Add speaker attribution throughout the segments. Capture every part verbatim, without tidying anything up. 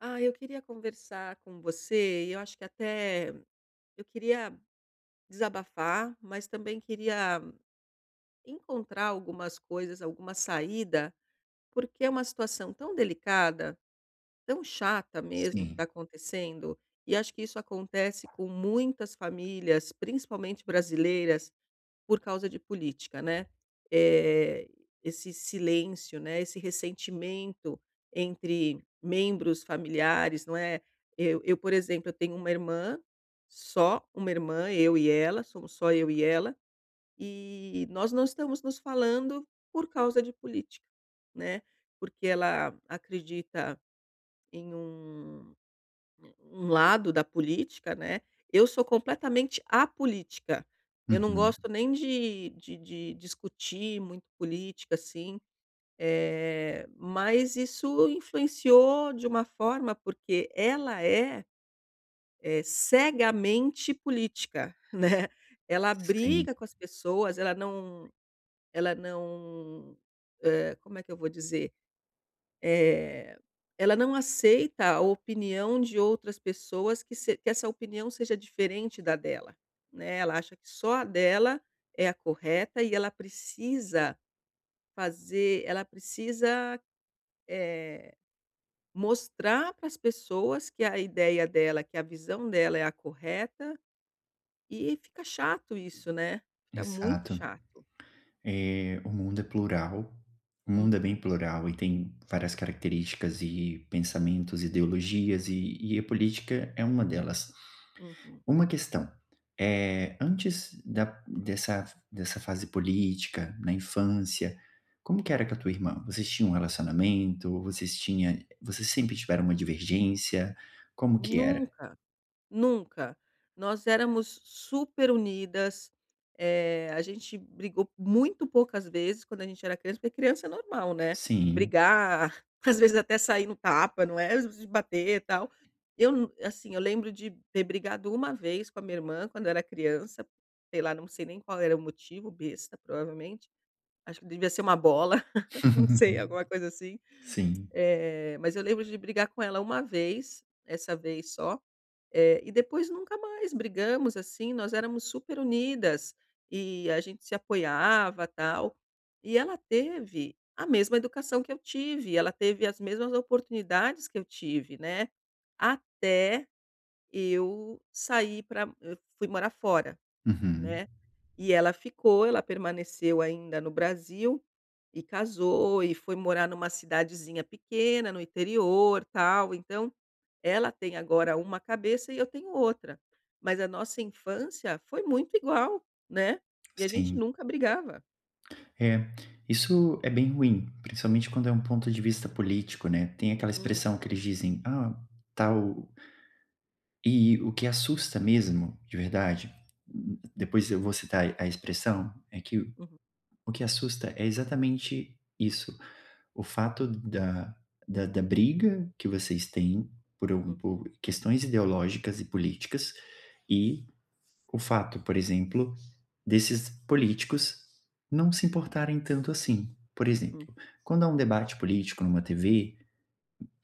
Speaker 1: Ah, eu queria conversar com você, e eu acho que até eu queria desabafar, mas também queria encontrar algumas coisas, alguma saída, porque é uma situação tão delicada, tão chata mesmo que está
Speaker 2: Sim,
Speaker 1: acontecendo, e acho que isso acontece com muitas famílias, principalmente brasileiras, por causa de política, né. Eh, Esse silêncio, né, esse ressentimento entre membros familiares, não é. Eu eu, por exemplo, eu tenho uma irmã, só uma irmã, eu e ela, somos só eu e ela, e nós não estamos nos falando por causa de política, né, porque ela acredita em um um lado da política, né, eu sou completamente apolítica. Eu não
Speaker 2: uhum,
Speaker 1: gosto nem de de de discutir muito política, assim, eh, mas isso influenciou de uma forma, porque ela é, eh, cegamente política, né. Ela
Speaker 2: sim,
Speaker 1: briga com as pessoas, ela não ela não, eh, como é que eu vou dizer? Eh, Ela não aceita a opinião de outras pessoas que se que essa opinião seja diferente da dela, né, ela acha que só a dela é a correta e ela precisa fazer ela precisa, eh, mostrar para as pessoas que a ideia dela, que a visão dela é a correta, e fica chato isso, né, fica muito
Speaker 2: exato.
Speaker 1: chato.
Speaker 2: Eh, o mundo é plural, o mundo é bem
Speaker 1: Uhum,
Speaker 2: plural e tem várias características e pensamentos, ideologias e e a política é uma delas.
Speaker 1: uhum.
Speaker 2: Uma questão, é antes da dessa dessa fase política, na infância, como que era com a tua irmã? Vocês tinham um relacionamento? Vocês tinham vocês sempre tiveram uma divergência? Como que era?
Speaker 1: Nunca. Nunca. Nós éramos super unidas, eh, a gente brigou muito poucas vezes quando a gente era criança, porque criança é normal, né,
Speaker 2: Sim.
Speaker 1: brigar, às vezes até sair no tapa, não é, de bater e tal. Eu nu assim, eu lembro de ter brigado uma vez com a minha irmã quando eu era criança, sei lá, não sei nem qual era o motivo, besta provavelmente, acho que devia ser uma bola, não sei, alguma coisa assim.
Speaker 2: Sim.
Speaker 1: Eh, mas eu lembro de brigar com ela uma vez, essa vez só. Eh, e depois nunca mais brigamos, assim, nós éramos super unidas e a gente se apoiava, tal. E ela teve a mesma educação que eu tive, ela teve as mesmas oportunidades que eu tive, né, até eu sair para fui morar fora.
Speaker 2: Uhum.
Speaker 1: Né. E ela ficou, ela permaneceu ainda no Brasil, e casou e foi morar numa cidadezinha pequena no interior, tal, então, ela tem agora uma cabeça e eu tenho outra, mas a nossa infância foi muito igual, né, e a gente
Speaker 2: Sim.
Speaker 1: nunca brigava.
Speaker 2: É, isso é bem ruim, principalmente quando é um ponto de vista político, né. Tem aquela expressão que
Speaker 1: Uhum,
Speaker 2: eles dizem: "Ah, tal", e o que assusta mesmo, de verdade, depois eu vou citar a expressão, é que
Speaker 1: uhum,
Speaker 2: o que assusta é exatamente isso, o fato da da da briga que vocês têm por um
Speaker 1: uhum,
Speaker 2: por questões ideológicas e políticas,
Speaker 1: uhum,
Speaker 2: e o fato, por exemplo, desses políticos não se importarem tanto assim. Por
Speaker 1: hum,
Speaker 2: exemplo, quando há um debate político numa T V,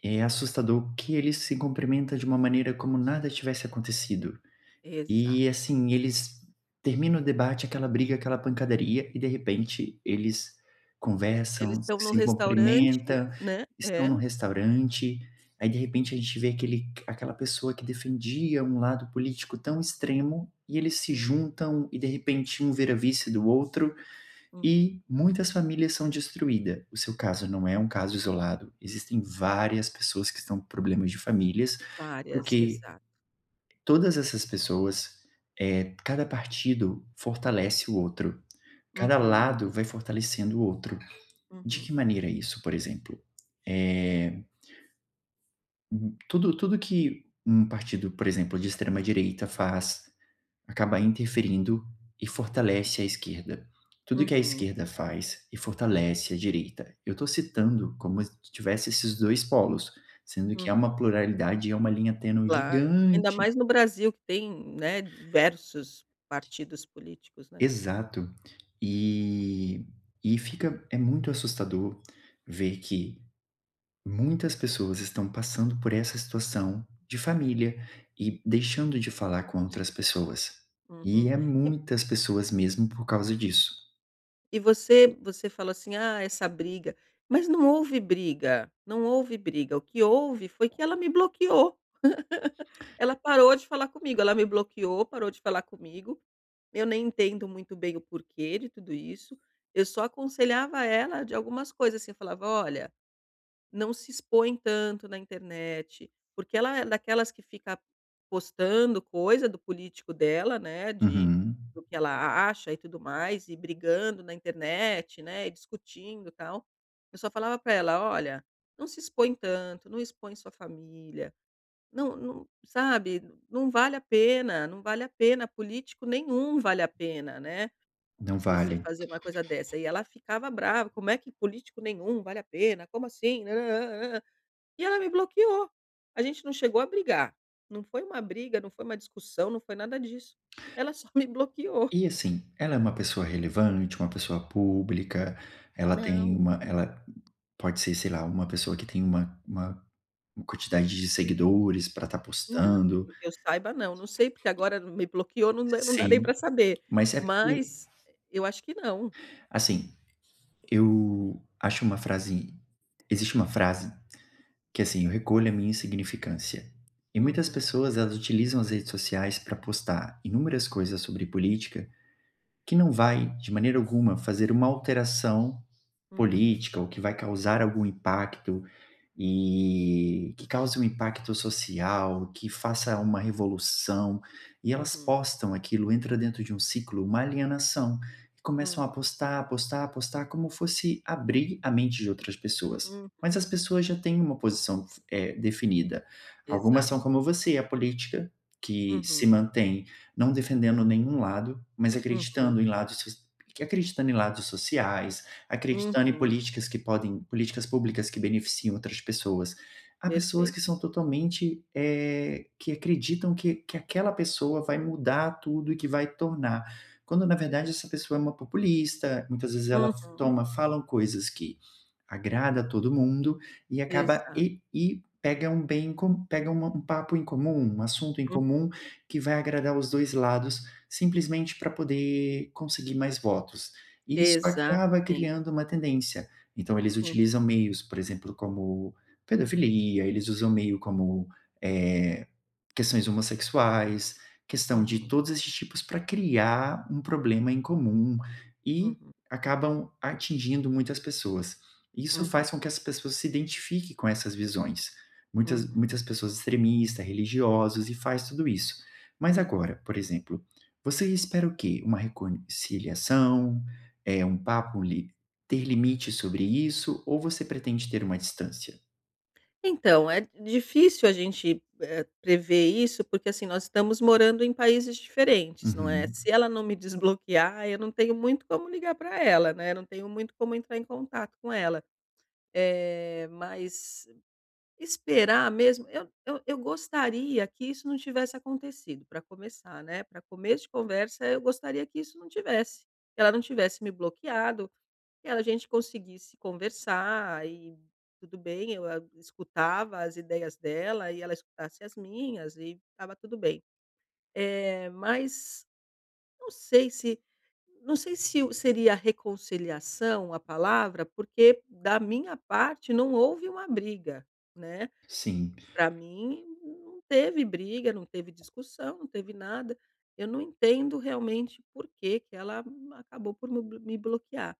Speaker 2: é assustador que ele se cumprimenta de uma maneira como nada tivesse acontecido.
Speaker 1: exato.
Speaker 2: E assim, eles terminam o debate, aquela briga, aquela pancadaria e de repente eles
Speaker 1: Eles
Speaker 2: conversam,
Speaker 1: estão no
Speaker 2: se
Speaker 1: restaurante,
Speaker 2: cumprimentam,
Speaker 1: né,
Speaker 2: estão no
Speaker 1: é,
Speaker 2: restaurante, aí de repente a gente vê aquele aquela pessoa que defendia um lado político tão extremo e eles se juntam e de repente um vira vice do outro
Speaker 1: uhum,
Speaker 2: e muitas famílias são destruídas. O seu caso não é um caso isolado, existem
Speaker 1: uhum,
Speaker 2: várias pessoas que estão com problemas de famílias,
Speaker 1: várias,
Speaker 2: porque
Speaker 1: exato.
Speaker 2: todas essas pessoas, eh, cada partido fortalece o outro, cada
Speaker 1: Uhum,
Speaker 2: lado vai fortalecendo o outro. De
Speaker 1: uhum,
Speaker 2: que maneira isso, por exemplo? Eh, hum, tudo tudo que um partido, por exemplo, de extrema direita faz, acaba interferindo e fortalece a esquerda. Tudo que a
Speaker 1: uhum,
Speaker 2: esquerda faz e fortalece a direita. Eu estou citando como se tivesse esses dois polos, sendo que há
Speaker 1: uhum.
Speaker 2: uma pluralidade e é uma linha tênue
Speaker 1: Claro, ainda
Speaker 2: gigante.
Speaker 1: mais no Brasil que tem, né, diversos partidos políticos, né.
Speaker 2: Exato. E e fica é muito assustador ver que muitas pessoas estão passando por essa situação de
Speaker 1: É,
Speaker 2: família e deixando de falar com outras pessoas. E
Speaker 1: uhum.
Speaker 2: é
Speaker 1: E
Speaker 2: muitas pessoas mesmo por causa disso.
Speaker 1: e você você falou assim: "Ah, essa briga", mas não houve briga, não houve briga, o que houve foi que ela me bloqueou, ela parou de falar comigo, ela me bloqueou, parou de falar comigo, eu nem entendo muito bem o porquê de tudo isso, eu só aconselhava ela de algumas coisas, assim, eu falava: "Olha, não se expõem tanto na internet", porque ela é daquelas que fica postando coisa do político dela, né, de
Speaker 2: Uhum.
Speaker 1: do que ela acha e tudo mais, e brigando na internet, né, e discutindo, tal. Eu só falava para ela: "Olha, não se expõe tanto, não expõe sua família, não não sabe, não vale a pena, não vale a pena, político nenhum vale a pena, né,
Speaker 2: Não
Speaker 1: você
Speaker 2: vale.
Speaker 1: fazer uma coisa dessa". E ela ficava brava: "Como é que político nenhum vale a pena? Como assim?" E ela me bloqueou. A gente não chegou a brigar. Não foi uma briga, não foi uma discussão, não foi nada disso. Ela só me bloqueou.
Speaker 2: E assim, ela é uma pessoa relevante, uma pessoa pública, ela tem
Speaker 1: Não.
Speaker 2: uma ela pode ser, sei lá, uma pessoa que tem uma uma quantidade de seguidores para estar
Speaker 1: Não,
Speaker 2: postando.
Speaker 1: que eu saiba não, não sei porque agora me bloqueou, não dá não dá nem para
Speaker 2: Sim.
Speaker 1: saber,
Speaker 2: Mas é porque,
Speaker 1: mas eu acho que não.
Speaker 2: assim, eu acho uma frase existe uma frase que, assim: "Eu recolho a minha insignificância". E muitas
Speaker 1: Uhum,
Speaker 2: pessoas, elas utilizam as redes sociais para postar inúmeras coisas sobre política que não vai, de maneira alguma, fazer uma alteração
Speaker 1: uhum,
Speaker 2: política ou que vai causar algum impacto e que cause um impacto social, que faça uma revolução, e elas
Speaker 1: uhum,
Speaker 2: postam aquilo, entra dentro de um ciclo, uma alienação, e começam a
Speaker 1: uhum,
Speaker 2: postar, postar, postar, como fosse abrir a mente de outras pessoas.
Speaker 1: uhum,
Speaker 2: Mas
Speaker 1: uhum.
Speaker 2: as pessoas já têm uma posição, eh, definida. Algumas
Speaker 1: Exato.
Speaker 2: são como você, a política, que se
Speaker 1: Uhum,
Speaker 2: mantém não defendendo nenhum lado, mas
Speaker 1: uhum,
Speaker 2: acreditando em lados soc acreditando em lados sociais, acreditando em
Speaker 1: uhum,
Speaker 2: políticas que podem políticas públicas que beneficiam outras pessoas. Há pessoas que
Speaker 1: perfeito.
Speaker 2: são totalmente, eh, que acreditam que que aquela pessoa vai mudar tudo e que vai tornar, quando na verdade essa pessoa é uma populista, muitas vezes ela f
Speaker 1: Uhum,
Speaker 2: toma falam coisas que agrada a todo mundo e acaba
Speaker 1: exato.
Speaker 2: e e pega um bem em com pega uma um papo em comum, um assunto em
Speaker 1: Hum,
Speaker 2: comum que vai agradar os dois lados, simplesmente para poder conseguir mais votos. E isso acaba
Speaker 1: exatamente.
Speaker 2: criando uma tendência. Então eles
Speaker 1: Uhum,
Speaker 2: utilizam meios, por exemplo, como pedofilia, eles usam meio como, eh, questões homossexuais, questão de
Speaker 1: uhum,
Speaker 2: todos esses tipos para criar um problema em comum e
Speaker 1: uhum,
Speaker 2: acabam atingindo muitas pessoas. Isso
Speaker 1: uhum,
Speaker 2: faz com que as pessoas se identifiquem com essas visões. Muitas
Speaker 1: uhum,
Speaker 2: muitas pessoas extremistas, religiosos e faz tudo isso. Mas
Speaker 1: uhum.
Speaker 2: agora, por exemplo, você espera o quê? Uma reconciliação, é um papo li ter limites sobre isso ou você pretende ter uma distância?
Speaker 1: Então, é difícil a gente, eh, prever isso, porque, assim, nós estamos morando em países diferentes, não é?
Speaker 2: Uhum.
Speaker 1: Se ela não me desbloquear, eu não tenho muito como ligar para ela, né, eu não tenho muito como entrar em contato com ela. Eh, mas esperar mesmo eu eu eu gostaria que isso não tivesse acontecido. Para começar, né, para começo de conversa, eu gostaria que isso não tivesse, que ela não tivesse me bloqueado e a gente conseguisse conversar e tudo bem, eu a escutava as ideias dela e ela escutasse as minhas e estava tudo bem. Eh, mas não sei se não sei se o seria reconciliação a palavra, porque da minha parte não houve uma briga, né.
Speaker 2: Sim,
Speaker 1: Para mim não teve briga, não teve discussão, não teve nada. Eu não entendo realmente por que que ela acabou por me blo me bloquear.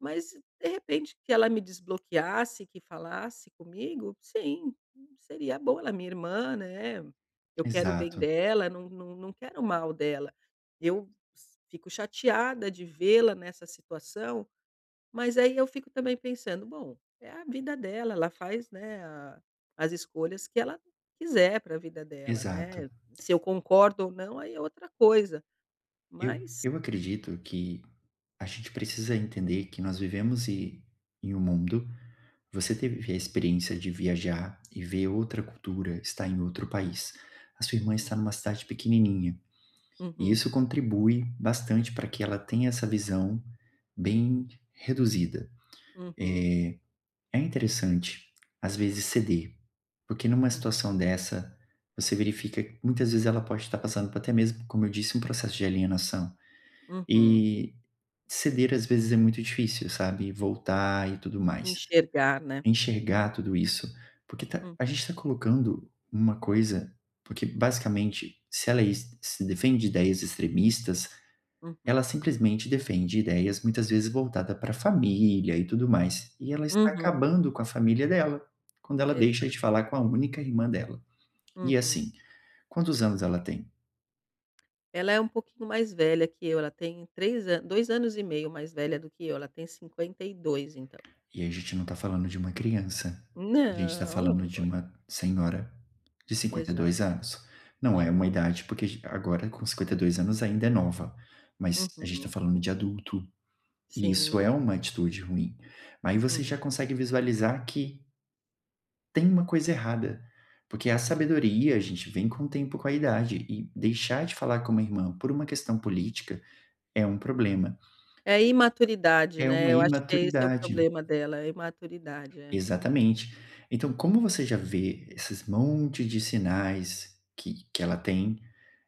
Speaker 1: Mas de repente que ela me desbloqueasse, que falasse comigo, sim, seria bom, ela é minha irmã, né, eu quero o bem
Speaker 2: exato,
Speaker 1: dela, não não não quero o mal dela. Eu s fico chateada de vê-la nessa situação, mas aí eu fico também pensando: "Bom, é a vida dela, ela faz, né, a as escolhas que ela quiser para a vida dela,
Speaker 2: exato.
Speaker 1: né, se eu concordo ou não, aí é outra coisa".
Speaker 2: Eu
Speaker 1: Mas
Speaker 2: eu acredito que a gente precisa entender que nós vivemos e em um mundo, você teve a experiência de viajar e ver outra cultura, estar em outro país. A sua irmã
Speaker 1: uhum,
Speaker 2: está numa cidade pequenininha, e
Speaker 1: uhum,
Speaker 2: isso contribui bastante para que ela tenha essa visão bem reduzida.
Speaker 1: uhum,
Speaker 2: Eh, É interessante, às vezes, ceder, porque numa
Speaker 1: hum,
Speaker 2: situação dessa, você verifica que muitas vezes ela pode estar passando por até mesmo, como eu disse, um processo de alienação.
Speaker 1: uhum.
Speaker 2: E ceder às vezes é muito difícil, sabe? Voltar e tudo mais.
Speaker 1: Enxergar, né.
Speaker 2: Enxergar tudo isso. Porque tá- a gente
Speaker 1: Uhum,
Speaker 2: está colocando uma coisa. Porque basicamente, se ela is- se defende de ideias extremistas,
Speaker 1: uhum,
Speaker 2: ela simplesmente defende ideias muitas vezes voltada para a família e tudo mais, e ela está
Speaker 1: uhum,
Speaker 2: acabando com a família dela, quando ela
Speaker 1: exa
Speaker 2: deixa de falar com a única irmã dela. E
Speaker 1: uhum.
Speaker 2: assim, quantos anos ela tem?
Speaker 1: Ela é um pouquinho mais velha que eu, ela tem três anos, dois anos e meio mais velha do que eu, ela tem cinquenta e dois, então.
Speaker 2: E a gente não está falando de uma criança, a gente está falando
Speaker 1: Não,
Speaker 2: de uma senhora de
Speaker 1: exato.
Speaker 2: cinquenta e dois anos. Não é uma
Speaker 1: Uhum,
Speaker 2: idade, porque agora com cinquenta e dois anos ainda é nova, mas a gente está
Speaker 1: uhum.
Speaker 2: falando de adulto, e isso é
Speaker 1: Sim,
Speaker 2: uma atitude ruim. Aí você
Speaker 1: uhum,
Speaker 2: já consegue visualizar que tem uma coisa errada, porque a
Speaker 1: hum.
Speaker 2: sabedoria, a gente vem com o tempo, com a idade, e deixar de falar com uma irmã por uma questão política é um problema,
Speaker 1: É imaturidade,
Speaker 2: é uma
Speaker 1: né, eu acho que esse é o
Speaker 2: imaturidade.
Speaker 1: problema dela, é imaturidade, é.
Speaker 2: Exatamente. Então, como você já vê esses monte de sinais que que ela tem,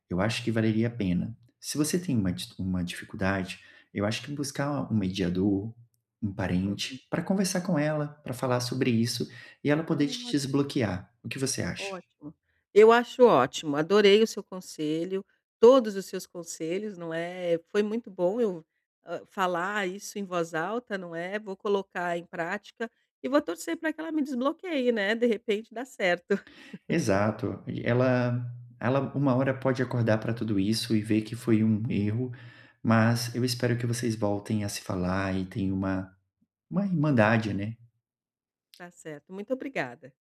Speaker 2: eu acho que valeria a pena. Se você tem uma dis uma dificuldade, eu acho que buscar um mediador, um
Speaker 1: Uhum.
Speaker 2: parente, para conversar com ela, para falar sobre isso e ela poder
Speaker 1: Ai,
Speaker 2: te
Speaker 1: ótimo.
Speaker 2: desbloquear. O que você acha?
Speaker 1: Ótimo. Eu acho ótimo, adorei o seu conselho, todos os seus conselhos, não é, foi muito bom eu, hã, falar isso em voz alta, não é, vou colocar em prática e vou torcer para que ela me desbloqueie, né, de repente dá certo.
Speaker 2: Exato. Ela ela uma hora pode acordar para tudo isso e ver que foi um erro, mas eu espero que vocês voltem a se falar e tenham uma uma irmandade, né.
Speaker 1: Tá certo, muito obrigada.